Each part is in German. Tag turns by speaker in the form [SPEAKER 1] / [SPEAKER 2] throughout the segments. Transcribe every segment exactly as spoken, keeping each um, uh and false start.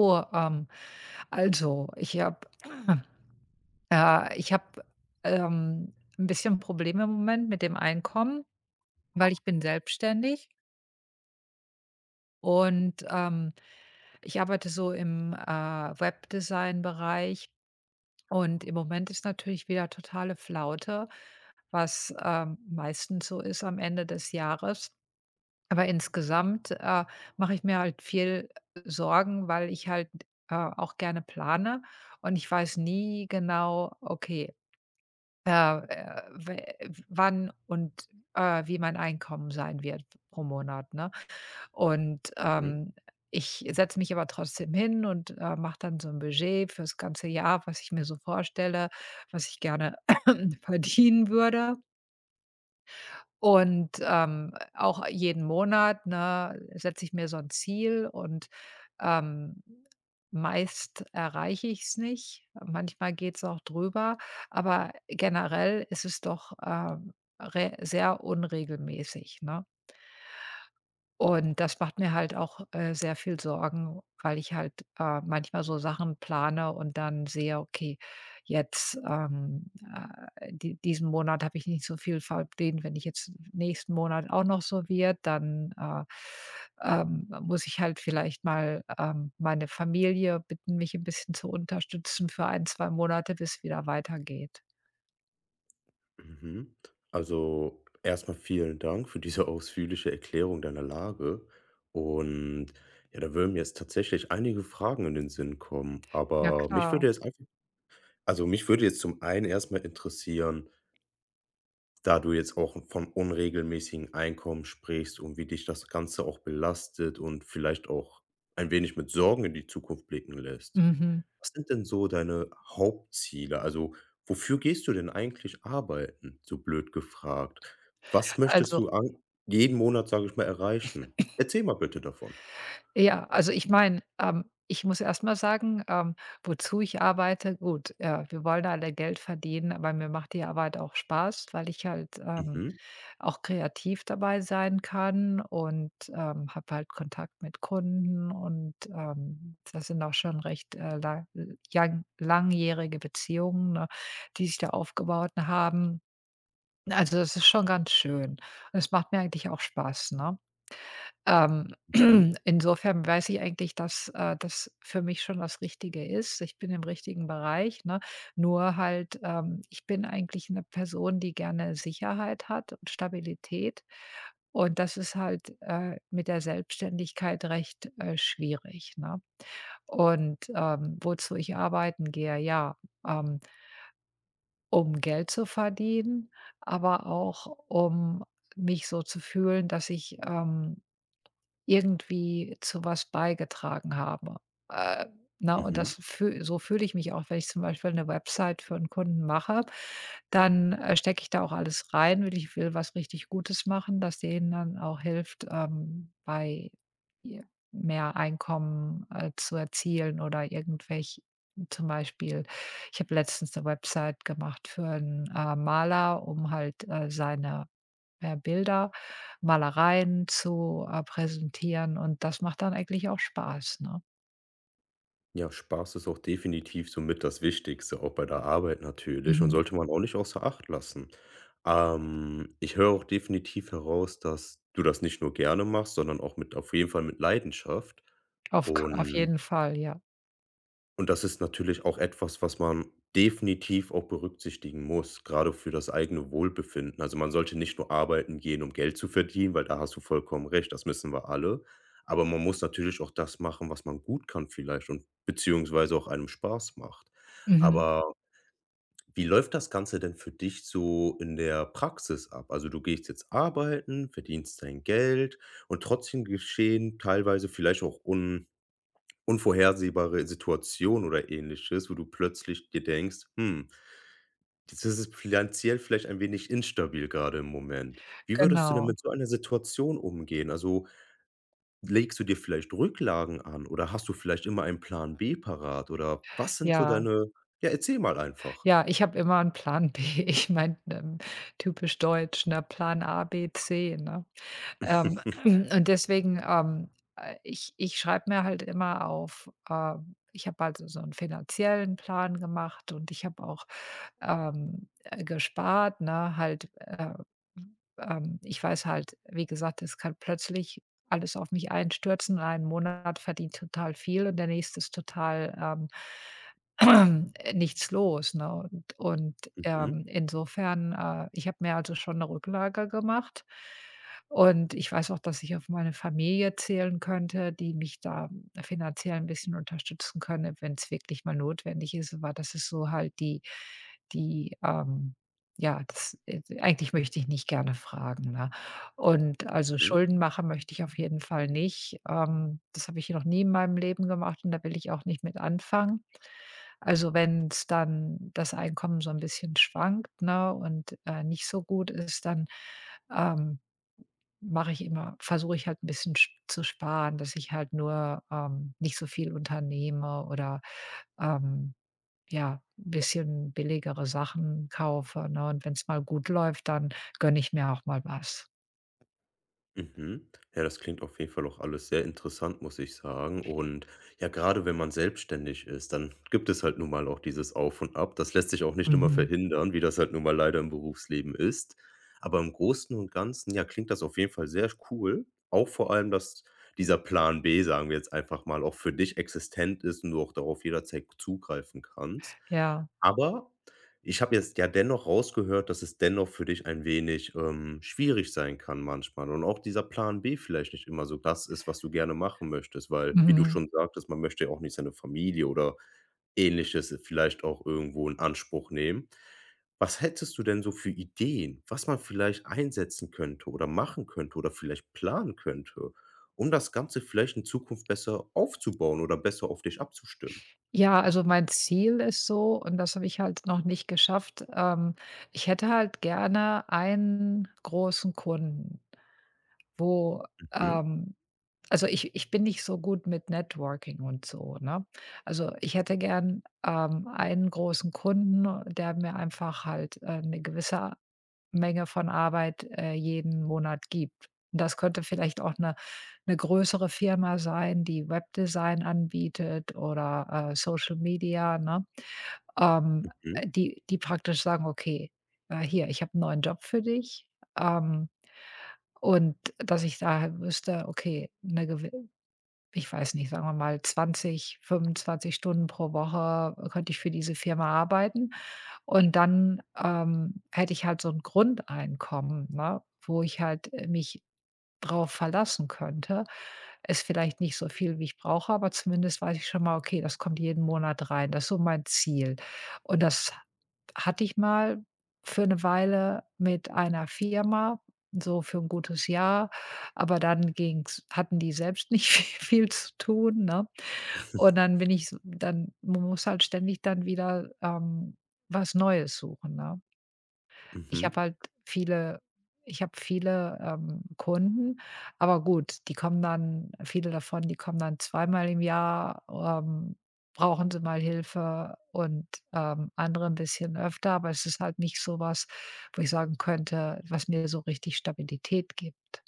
[SPEAKER 1] Oh, ähm, also, ich habe äh, ich habe, ähm, 'n bisschen Probleme im Moment mit dem Einkommen, weil ich bin selbstständig und, ähm, ich arbeite so im, äh, Webdesign-Bereich und im Moment ist natürlich wieder totale Flaute, was, ähm, meistens so ist am Ende des Jahres. Aber insgesamt, äh, mache ich mir halt viel äh, Sorgen, weil ich halt, äh, auch gerne plane und ich weiß nie genau, okay, äh, äh, we wann und, äh, wie mein Einkommen sein wird pro Monat, ne? Und,
[SPEAKER 2] Mhm,
[SPEAKER 1] ähm, ich setze mich aber trotzdem hin und, äh, mache dann so ein Budget fürs ganze Jahr, was ich mir so vorstelle, was ich gerne verdienen würde. Und, ähm, auch jeden Monat, ne, setze ich mir so ein Ziel und, ähm, meist erreiche ich es nicht. Manchmal geht's auch drüber, aber generell ist es doch, ähm, re sehr unregelmäßig, ne? Und das macht mir halt auch, äh, sehr viel Sorgen, weil ich halt, äh, manchmal so Sachen plane und dann sehe, okay, jetzt, ähm, äh, die diesen Monat habe ich nicht so viel verdient. Wenn ich jetzt nächsten Monat auch noch so wird, dann, äh, ähm, muss ich halt vielleicht mal, ähm, meine Familie bitten, mich ein bisschen zu unterstützen für ein zwei Monate, bis es wieder weitergeht.
[SPEAKER 2] mhm. Also, erstmal vielen Dank für diese ausführliche Erklärung deiner Lage. Und ja, da würden mir jetzt tatsächlich einige Fragen in den Sinn kommen.
[SPEAKER 1] Ja
[SPEAKER 2] Aber mich
[SPEAKER 1] klar.
[SPEAKER 2] würde jetzt einfach also, mich würde jetzt zum einen erstmal interessieren. Da du jetzt auch von unregelmäßigen Einkommen sprichst und wie dich das Ganze auch belastet und vielleicht auch ein wenig mit Sorgen in die Zukunft blicken lässt.
[SPEAKER 1] Mhm.
[SPEAKER 2] Was sind denn so deine Hauptziele? Also, wofür gehst du denn eigentlich arbeiten? So blöd gefragt. Was möchtest
[SPEAKER 1] Also
[SPEAKER 2] du an jeden Monat, sage ich mal, erreichen? Erzähl mal bitte davon.
[SPEAKER 1] Ja, also ich meine, ähm, ich muss erst mal sagen, ähm, wozu ich arbeite, gut, äh, wir wollen alle Geld verdienen, aber mir macht die Arbeit auch Spaß, weil ich halt, ähm,
[SPEAKER 2] Mhm,
[SPEAKER 1] auch kreativ dabei sein kann und, ähm, habe halt Kontakt mit Kunden und, ähm, das sind auch schon recht, äh, la jang langjährige Beziehungen, ne, die sich da aufgebaut haben. Also, das ist schon ganz schön. und Es macht mir eigentlich auch Spaß, ne? Ähm,
[SPEAKER 2] mhm,
[SPEAKER 1] insofern weiß ich eigentlich, dass, äh, das für mich schon das Richtige ist. Ich bin im richtigen Bereich, ne? Nur halt, ähm, ich bin eigentlich eine Person, die gerne Sicherheit hat und Stabilität. Und das ist halt, äh, mit der Selbstständigkeit recht, äh, schwierig, ne? Und, ähm, wozu ich arbeiten gehe, ja, ähm, um Geld zu verdienen, aber auch um mich so zu fühlen, dass ich, ähm irgendwie zu was beigetragen haben. Äh, ne, und das
[SPEAKER 2] mhm.
[SPEAKER 1] fühl so fühle ich mich auch, wenn ich zum Beispiel eine Website für einen Kunden mache, dann, äh, stecke ich da auch alles rein, will ich will was richtig Gutes machen, das denen dann auch hilft, ähm, bei ihr mehr Einkommen, äh, zu erzielen oder irgendwelch zum Beispiel ich habe letztens eine Website gemacht für einen äh, Maler, um halt, äh, seine äh, Bilder, Malereien zu, äh, präsentieren und das macht dann eigentlich auch Spaß, ne?
[SPEAKER 2] Ja, Spaß ist auch definitiv somit das Wichtigste, auch bei der Arbeit natürlich und
[SPEAKER 1] Mhm.
[SPEAKER 2] sollte man auch nicht außer Acht lassen. Ähm, ich höre auch definitiv heraus, dass du das nicht nur gerne machst, sondern auch mit auf jeden Fall mit Leidenschaft
[SPEAKER 1] Auf ka auf
[SPEAKER 2] und
[SPEAKER 1] jeden Fall, ja.
[SPEAKER 2] und das ist natürlich auch etwas, was man definitiv auch berücksichtigen muss, gerade für das eigene Wohlbefinden. Also, man sollte nicht nur arbeiten gehen, um Geld zu verdienen, weil da hast du vollkommen recht, das müssen wir alle. Aber man muss natürlich auch das machen, was man gut kann vielleicht und beziehungsweise auch einem Spaß macht.
[SPEAKER 1] Mhm.
[SPEAKER 2] Aber wie läuft das Ganze denn für dich so in der Praxis ab? Also, du gehst jetzt arbeiten, verdienst dein Geld und trotzdem geschehen teilweise vielleicht auch un unvorhersehbare Situation oder Ähnliches, wo du plötzlich dir denkst: „Hm, das ist finanziell vielleicht ein wenig instabil gerade im Moment.“ Wie würdest du denn
[SPEAKER 1] Genau.
[SPEAKER 2] mit so einer Situation umgehen? Also, legst du dir vielleicht Rücklagen an oder hast du vielleicht immer einen Plan B parat oder was sind so
[SPEAKER 1] Ja,
[SPEAKER 2] deine, ja, erzähl mal einfach.
[SPEAKER 1] ja, ich habe immer einen Plan B. Ich meine, ähm, typisch deutsch, ne? Plan A, B, C, ne? Ähm, und deswegen, ähm, äh, ich ich schreibe mir halt immer auf, ähm Ich habe also so einen finanziellen Plan gemacht und ich habe auch, ähm, äh, gespart, ne, halt, äh, ähm, ich weiß halt, wie gesagt, es kann plötzlich alles auf mich einstürzen und ein Monat verdient total viel und der nächste ist total, ähm, nichts los, ne? Und und, ähm, insofern, äh, ich habe mir also schon eine Rücklage gemacht. Und ich weiß auch, dass ich auf meine Familie zählen könnte, die mich da finanziell ein bisschen unterstützen können, wenn es wirklich mal notwendig ist. Aber das ist so halt die die, ähm ja, das äh, eigentlich möchte ich nicht gerne fragen, ne? Und also,
[SPEAKER 2] Mhm.
[SPEAKER 1] Schulden machen möchte ich auf jeden Fall nicht. Ähm, das habe ich noch nie in meinem Leben gemacht und da will ich auch nicht mit anfangen. Also, wenn's dann das Einkommen so ein bisschen schwankt, ne, und, äh, nicht so gut ist, dann, ähm mache ich immer versuche ich halt ein bisschen sch zu sparen, dass ich halt nur, ähm, nicht so viel unternehme oder, ähm, ja, 'n bisschen billigere Sachen kaufe, ne? Und wenn es mal gut läuft, dann gönne ich mir auch mal was.
[SPEAKER 2] Mhm. Ja, das klingt auf jeden Fall auch alles sehr interessant, muss ich sagen. Und ja, gerade wenn man selbstständig ist, dann gibt es halt nun mal auch dieses Auf und Ab. Das lässt sich auch nicht immer
[SPEAKER 1] Mhm.
[SPEAKER 2] verhindern, wie das halt nun mal leider im Berufsleben ist. Aber im Großen und Ganzen, ja, klingt das auf jeden Fall sehr cool. Auch vor allem, dass dieser Plan B, sagen wir jetzt einfach mal, auch für dich existent ist und du auch darauf jederzeit zugreifen kannst.
[SPEAKER 1] Ja.
[SPEAKER 2] Aber ich habe jetzt ja dennoch rausgehört, dass es dennoch für dich ein wenig, ähm, schwierig sein kann manchmal und auch dieser Plan B vielleicht nicht immer so das ist, was du gerne machen möchtest, weil, wie du
[SPEAKER 1] Mhm.
[SPEAKER 2] schon sagtest, man möchte ja auch nicht seine Familie oder Ähnliches vielleicht auch irgendwo in Anspruch nehmen. Was hättest du denn so für Ideen, was man vielleicht einsetzen könnte oder machen könnte oder vielleicht planen könnte, um das Ganze vielleicht in Zukunft besser aufzubauen oder besser auf dich abzustimmen?
[SPEAKER 1] Ja, also mein Ziel ist so und das habe ich halt noch nicht geschafft, ähm, ich hätte halt gerne einen großen Kunden, wo,
[SPEAKER 2] Mhm,
[SPEAKER 1] ähm Also, ich ich bin nicht so gut mit Networking und so, ne? Also, ich hätte gern, ähm, einen großen Kunden, der mir einfach halt, äh, 'ne gewisse Menge von Arbeit, äh, jeden Monat gibt. Und Das könnte vielleicht auch eine 'ne größere Firma sein, die Webdesign anbietet oder, äh, Social Media, ne? Ähm,
[SPEAKER 2] mhm.
[SPEAKER 1] die die praktisch sagen: „Okay, äh, hier, ich habe einen neuen Job für dich.“ Ähm, und dass ich daher wüsste, okay, eine gewi ich weiß nicht, sagen wir mal zwanzig, fünfundzwanzig Stunden pro Woche könnte ich für diese Firma arbeiten und dann, ähm, hätte ich halt so ein Grundeinkommen, ne, wo ich halt, äh, mich drauf verlassen könnte. Ist vielleicht nicht so viel, wie ich brauche, aber zumindest weiß ich schon mal, okay, das kommt jeden Monat rein. Das ist so mein Ziel. Und das hatte ich mal für eine Weile mit einer Firma, so für ein gutes Jahr, aber dann ging's hatten die selbst nicht vi viel zu tun, ne? Und dann bin ich s dann man muss halt ständig dann wieder, ähm, was Neues suchen, ne? Ich
[SPEAKER 2] Mhm.
[SPEAKER 1] habe halt viele ich habe viele, ähm, Kunden, aber gut, die kommen dann viele davon, die kommen dann zweimal im Jahr, ähm, brauchen sie mal Hilfe und, ähm, andere ein bisschen öfter, aber es ist halt nicht so was, wo ich sagen könnte, was mir so richtig Stabilität gibt.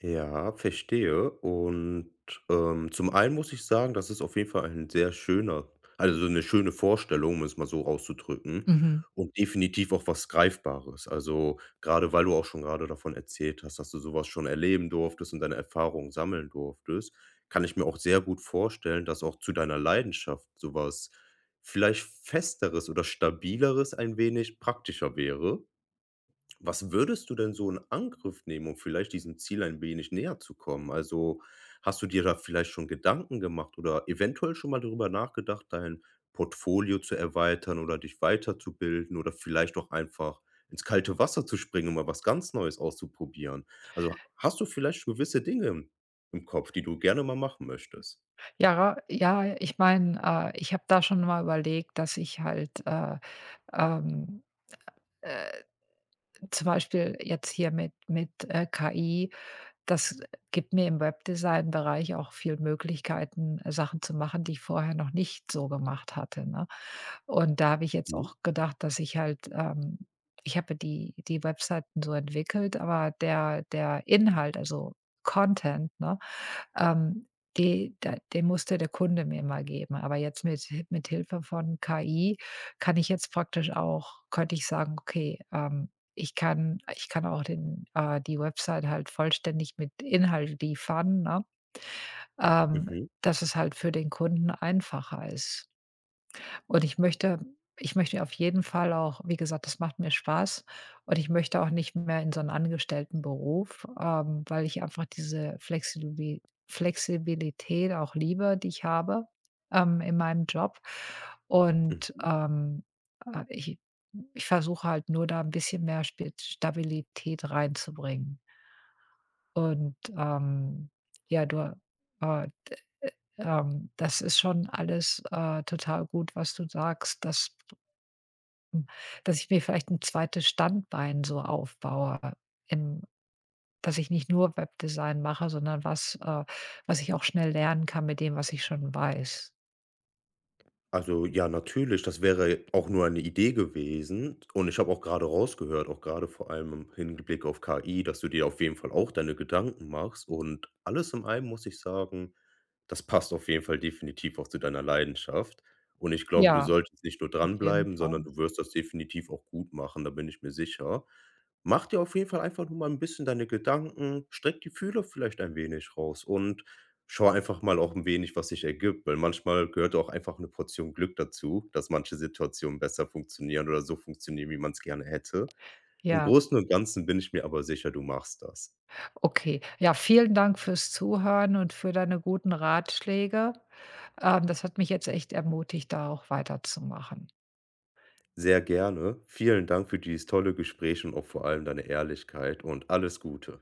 [SPEAKER 2] Ja, verstehe. Und, ähm, zum einen muss ich sagen, das ist auf jeden Fall ein sehr schöner, also so eine schöne Vorstellung, um es mal so auszudrücken,
[SPEAKER 1] Mhm.
[SPEAKER 2] und definitiv auch was Greifbares. Also, gerade weil du auch schon gerade davon erzählt hast, dass du sowas schon erleben durftest und deine Erfahrungen sammeln durftest, kann ich mir auch sehr gut vorstellen, dass auch zu deiner Leidenschaft sowas vielleicht Festeres oder Stabileres ein wenig praktischer wäre. Was würdest du denn so in Angriff nehmen, um vielleicht diesem Ziel ein wenig näher zu kommen? Also, hast du dir da vielleicht schon Gedanken gemacht oder eventuell schon mal darüber nachgedacht, dein Portfolio zu erweitern oder dich weiterzubilden oder vielleicht auch einfach ins kalte Wasser zu springen, um mal was ganz Neues auszuprobieren? Also, hast du vielleicht schon gewisse Dinge im im Kopf, die du gerne mal machen möchtest?
[SPEAKER 1] Ja, ja, ich meine, äh, ich habe da schon mal überlegt, dass ich halt, äh, ähm, äh, zum Beispiel jetzt hier mit mit, äh, K I Das äh, gibt mir im Webdesign-Bereich auch viel Möglichkeiten, äh, Sachen zu machen, die ich vorher noch nicht so gemacht hatte, ne? Und da habe ich jetzt
[SPEAKER 2] Mhm.
[SPEAKER 1] auch gedacht, dass ich halt ähm, ich habe die die Webseiten so entwickelt, aber der der Inhalt, also Content, ne ähm, die da den musste der Kunde mir mal geben. Aber jetzt mit Hi mit Hilfe von K I kann ich jetzt praktisch auch könnte ich sagen: „Okay, ähm, ich kann ich kann auch den äh, die Website halt vollständig mit Inhalt liefern“, ne? Ähm,
[SPEAKER 2] Mhm.
[SPEAKER 1] Dass es halt für den Kunden einfacher ist. Und ich möchte ich möchte auf jeden Fall auch wie gesagt, das macht mir Spaß und ich möchte auch nicht mehr in so 'n Angestelltenberuf, ähm, weil ich einfach diese Flexilbi Flexibilität auch liebe, die ich habe, ähm, in meinem Job. Und, ähm, äh, ich ich versuche halt nur, da ein bisschen mehr Spit Stabilität reinzubringen. Und, ähm, ja, du, äh, ähm das ist schon alles, äh, total gut, was du sagst, dass hm, dass ich mir vielleicht ein zweites Standbein so aufbaue, im dass ich nicht nur Webdesign mache, sondern was, äh was ich auch schnell lernen kann mit dem, was ich schon weiß.
[SPEAKER 2] Also, ja, natürlich, das wäre auch nur eine Idee gewesen. Und ich habe auch gerade rausgehört, auch gerade vor allem im Hinblick auf K I, dass du dir auf jeden Fall auch deine Gedanken machst. Und alles in allem muss ich sagen, das passt auf jeden Fall definitiv auch zu deiner Leidenschaft. Und ich glaube, du
[SPEAKER 1] Ja,
[SPEAKER 2] solltest nicht nur
[SPEAKER 1] auf jeden
[SPEAKER 2] dranbleiben, sondern
[SPEAKER 1] Fall.
[SPEAKER 2] du wirst das definitiv auch gut machen, da bin ich mir sicher. Mach dir auf jeden Fall einfach nur mal ein bisschen deine Gedanken, streck die Fühler vielleicht ein wenig raus und schau einfach mal auch ein wenig, was sich ergibt, weil manchmal gehört auch einfach eine Portion Glück dazu, dass manche Situationen besser funktionieren oder so funktionieren, wie man es gerne hätte. Im
[SPEAKER 1] Ja,
[SPEAKER 2] Großen und Ganzen bin ich mir aber sicher, du machst das.
[SPEAKER 1] okay. Ja, vielen Dank fürs Zuhören und für deine guten Ratschläge. Ähm, das hat mich jetzt echt ermutigt, da auch weiterzumachen.
[SPEAKER 2] Sehr gerne. Vielen Dank für dieses tolle Gespräch und auch vor allem deine Ehrlichkeit und alles Gute.